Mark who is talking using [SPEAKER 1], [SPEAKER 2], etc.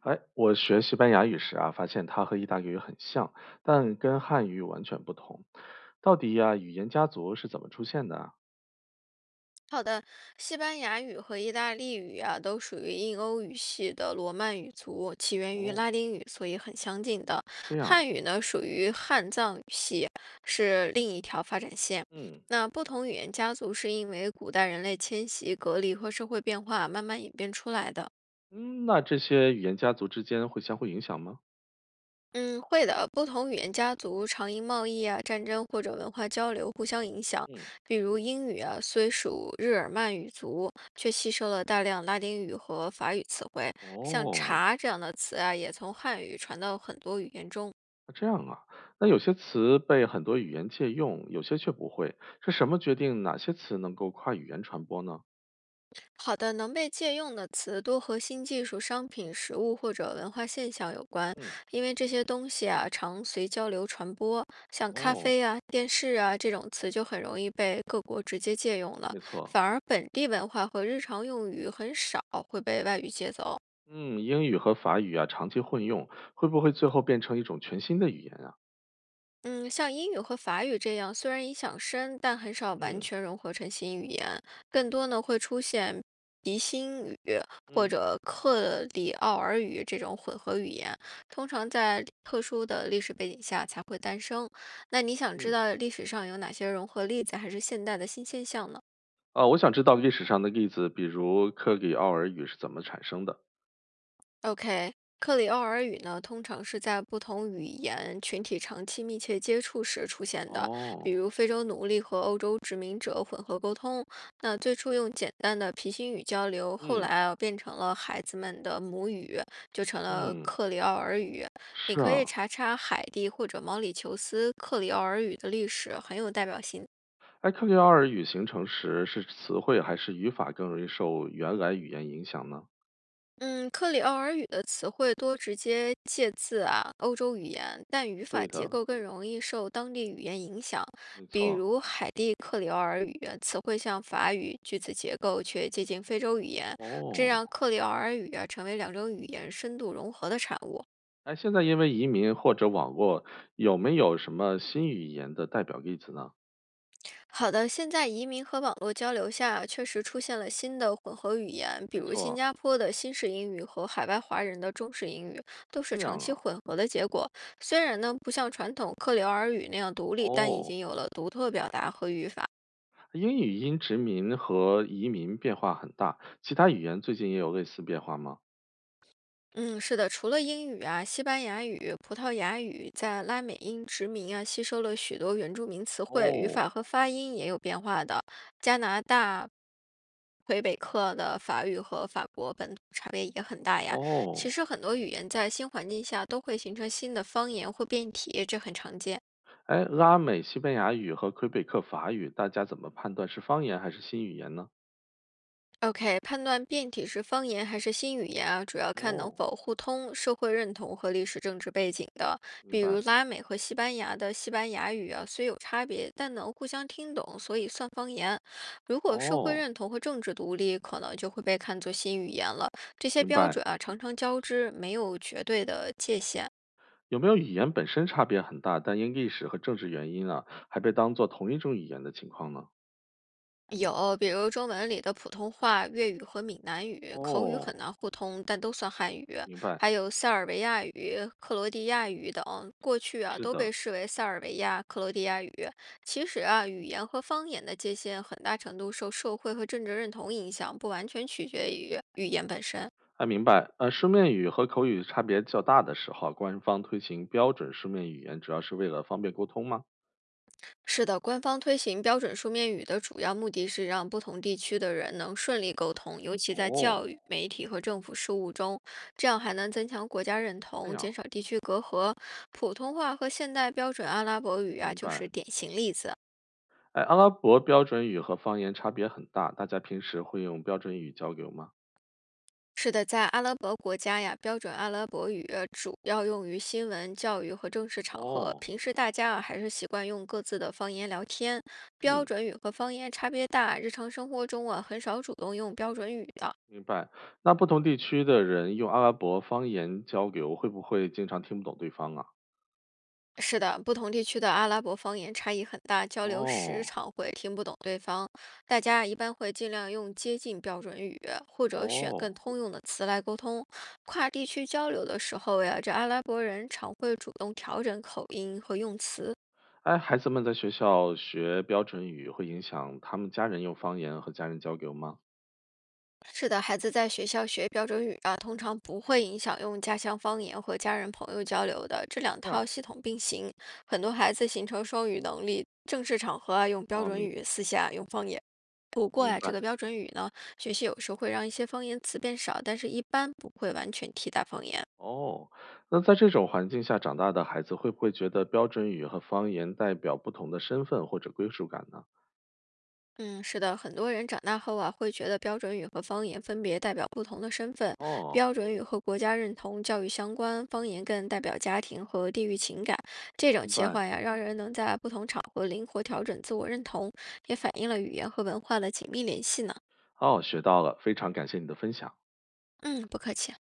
[SPEAKER 1] 哎，我学西班牙语时啊，发现它和意大利语很像，但跟汉语完全不同。到底呀、语言家族是怎么出现的啊？
[SPEAKER 2] 好的，西班牙语和意大利语啊，都属于印欧语系的罗曼语族，起源于
[SPEAKER 1] 哦，
[SPEAKER 2] 拉丁语，所以很相近的。
[SPEAKER 1] 这样，
[SPEAKER 2] 汉语呢，属于汉藏语系，是另一条发展线。
[SPEAKER 1] 嗯
[SPEAKER 2] 那不同语言家族是因为古代人类迁徙、隔离和社会变化慢慢演变出来的。
[SPEAKER 1] 嗯，那这些语言家族之间会相互影响吗？
[SPEAKER 2] 嗯，会的。不同语言家族常因贸易啊、战争或者文化交流互相影响。
[SPEAKER 1] 嗯，
[SPEAKER 2] 比如英语啊，虽属日耳曼语族，却吸收了大量拉丁语和法语词汇。像
[SPEAKER 1] 哦，
[SPEAKER 2] “茶”这样的词啊，也从汉语传到很多语言中。
[SPEAKER 1] 那这样啊，那有些词被很多语言借用，有些却不会，是什么决定哪些词能够跨语言传播呢？
[SPEAKER 2] 好的，能被借用的词多和新技术、商品、食物或者文化现象有关，
[SPEAKER 1] 嗯，
[SPEAKER 2] 因为这些东西啊常随交流传播。像咖
[SPEAKER 1] 哦，
[SPEAKER 2] 啡啊、电视啊这种词就很容易被各国直接借用了，
[SPEAKER 1] 没错，
[SPEAKER 2] 反而本地文化和日常用语很少会被外语借走。
[SPEAKER 1] 嗯，英语和法语啊长期混用，会不会最后变成一种全新的语言啊？
[SPEAKER 2] 嗯，像英语和法语这样，虽然影响深，但很少完
[SPEAKER 1] 嗯。
[SPEAKER 2] 全融合成新语言，更多呢会出现鼻新语或
[SPEAKER 1] 嗯
[SPEAKER 2] 者克里奥尔语这种混合语言，通常在特殊的历史背景下才会诞生。那你想知
[SPEAKER 1] 嗯，
[SPEAKER 2] 道历史上有哪些融合例子，还是现代的新现象呢？
[SPEAKER 1] 啊，我想知道历史上的例子，比如克里奥尔语是怎么产生的？
[SPEAKER 2] OK,克里奥尔语呢，通常是在不同语言群体长期密切接触时出现的，
[SPEAKER 1] 哦，
[SPEAKER 2] 比如非洲奴隶和欧洲殖民者混合沟通。那最初用简单的皮心语交流，后来
[SPEAKER 1] 嗯
[SPEAKER 2] 啊变成了孩子们的母语，就成了
[SPEAKER 1] 嗯，
[SPEAKER 2] 克里奥尔语。你
[SPEAKER 1] 是
[SPEAKER 2] 可以
[SPEAKER 1] 啊，
[SPEAKER 2] 查查海地或者毛里求斯克里奥尔语的历史，很有代表性的。
[SPEAKER 1] 哎，克里奥尔语形成时是词汇还是语法更容易受原来语言影响呢？
[SPEAKER 2] 嗯，克里奥尔语的词汇多直接借自啊欧洲语言，但语法
[SPEAKER 1] 对的，
[SPEAKER 2] 结构更容易受当地语言影响。
[SPEAKER 1] 没
[SPEAKER 2] 比
[SPEAKER 1] 错。
[SPEAKER 2] 如海地克里奥尔语词汇像法语，句子结构却接近非洲语言，这
[SPEAKER 1] 哦，
[SPEAKER 2] 让克里奥尔语啊成为两种语言深度融合的产物。
[SPEAKER 1] 哎，现在因为移民或者网络，有没有什么新语言的代表例子呢？
[SPEAKER 2] 好的，现在移民和网络交流下，确实出现了新的混合语言，比
[SPEAKER 1] 没
[SPEAKER 2] 如新
[SPEAKER 1] 错，
[SPEAKER 2] 加坡的新式英语和海外华人的中式英语，都是
[SPEAKER 1] 这
[SPEAKER 2] 长
[SPEAKER 1] 样
[SPEAKER 2] 期
[SPEAKER 1] 啊。
[SPEAKER 2] 混合的结果。虽然呢，不像传统克里奥尔语那样独立，但已
[SPEAKER 1] 哦，
[SPEAKER 2] 经有了独特表达和语法。
[SPEAKER 1] 英语因殖民和移民变化很大，其他语言最近也有类似变化吗？
[SPEAKER 2] 嗯，是的，除了英语啊，西班牙语、葡萄牙语在拉美因殖民啊，吸收了许多原住民词汇，语
[SPEAKER 1] 哦，
[SPEAKER 2] 法和发音也有变化的。加拿大魁北克的法语和法国本土差别也很大呀。其
[SPEAKER 1] 哦，
[SPEAKER 2] 实很多语言在新环境下都会形成新的方言或变体，这很常见。
[SPEAKER 1] 哎，拉美西班牙语和魁北克法语，大家怎么判断是方言还是新语言呢？
[SPEAKER 2] OK，判断变体是方言还是新语言啊，主要看能否
[SPEAKER 1] 哦，
[SPEAKER 2] 互通社会认同和历史政治背景的。
[SPEAKER 1] 明
[SPEAKER 2] 比
[SPEAKER 1] 白。
[SPEAKER 2] 如拉美和西班牙的西班牙语啊，虽有差别，但能互相听懂，所以算方言。如果社会
[SPEAKER 1] 哦，
[SPEAKER 2] 认同和政治独立，可能就会被看作新语言了。这些
[SPEAKER 1] 明
[SPEAKER 2] 标
[SPEAKER 1] 白。
[SPEAKER 2] 准啊，常常交织，没有绝对的界限。
[SPEAKER 1] 有没有语言本身差别很大，但因历史和政治原因啊，还被当做同一种语言的情况呢？
[SPEAKER 2] 有，比如中文里的普通话、粤语和闽南语，口语
[SPEAKER 1] 哦，
[SPEAKER 2] 很难互通，但都算汉语。
[SPEAKER 1] 明白。
[SPEAKER 2] 还有塞尔维亚语、克罗地亚语等，过去啊
[SPEAKER 1] 是
[SPEAKER 2] 都
[SPEAKER 1] 的，
[SPEAKER 2] 被视为塞尔维亚、克罗地亚语。其实啊，语言和方言的界限很大程度受社会和政治认同影响，不完全取决于语言本身。
[SPEAKER 1] 哎，明白。书面语和口语差别较大的时候啊，官方推行标准书面语言，主要是为了方便沟通吗？
[SPEAKER 2] 是的，官方推行标准书面语的主要目的是让不同地区的人能顺利沟通，尤其在教
[SPEAKER 1] 哦，
[SPEAKER 2] 育、媒体和政府事务中，这样还能增强国家认
[SPEAKER 1] 这
[SPEAKER 2] 同，减
[SPEAKER 1] 样，
[SPEAKER 2] 少地区隔阂。普通话和现代标准阿拉伯语啊，
[SPEAKER 1] 明
[SPEAKER 2] 就
[SPEAKER 1] 白。
[SPEAKER 2] 是典型例子。
[SPEAKER 1] 哎，阿拉伯标准语和方言差别很大，大家平时会用标准语交流吗？
[SPEAKER 2] 是的，在阿拉伯国家呀，标准阿拉伯语主要用于新闻、教育和正式场合，
[SPEAKER 1] 哦，
[SPEAKER 2] 平时大家啊还是习惯用各自的方言聊天。标
[SPEAKER 1] 嗯，
[SPEAKER 2] 准语和方言差别大，日常生活中啊很少主动用标准语的。
[SPEAKER 1] 明白。那不同地区的人用阿拉伯方言交流，会不会经常听不懂对方啊？
[SPEAKER 2] 是的，不同地区的阿拉伯方言差异很大，交流时
[SPEAKER 1] 哦，
[SPEAKER 2] 常会听不懂对方。大家啊一般会尽量用接近标准语，或者选
[SPEAKER 1] 哦，
[SPEAKER 2] 更通用的词来沟通。跨地区交流的时候呀，这阿拉伯人常会主动调整口音和用词。
[SPEAKER 1] 哎，孩子们在学校学标准语，会影响他们家人用方言和家人交流吗？
[SPEAKER 2] 是的，孩子在学校学标准语啊，通常不会影响用家乡方言和家人朋友交流的。这两
[SPEAKER 1] 这样，
[SPEAKER 2] 套系统并行，很多孩子形成双语能力，正式场合啊用标
[SPEAKER 1] 哦，
[SPEAKER 2] 准
[SPEAKER 1] 明
[SPEAKER 2] 语，私下用方言。不过
[SPEAKER 1] 明
[SPEAKER 2] 呀，这
[SPEAKER 1] 白。
[SPEAKER 2] 个标准语呢，学习有时候会让一些方言词变少，但是一般不会完全替代方言。
[SPEAKER 1] 哦，那在这种环境下长大的孩子，会不会觉得标准语和方言代表不同的身份或者归属感呢？
[SPEAKER 2] 嗯，是的，很多人长大后啊，会觉得标准语和方言分别代表不同的身份。
[SPEAKER 1] 哦，
[SPEAKER 2] 标准语和国家认同、教育相关，方言更代表家庭和地域情感。这种
[SPEAKER 1] 明
[SPEAKER 2] 切
[SPEAKER 1] 白。
[SPEAKER 2] 换呀，让人能在不同场合灵活调整自我认同，也反映了语言和文化的紧密联系呢。
[SPEAKER 1] 哦，学到了，非常感谢你的分享。
[SPEAKER 2] 嗯，不客气啊。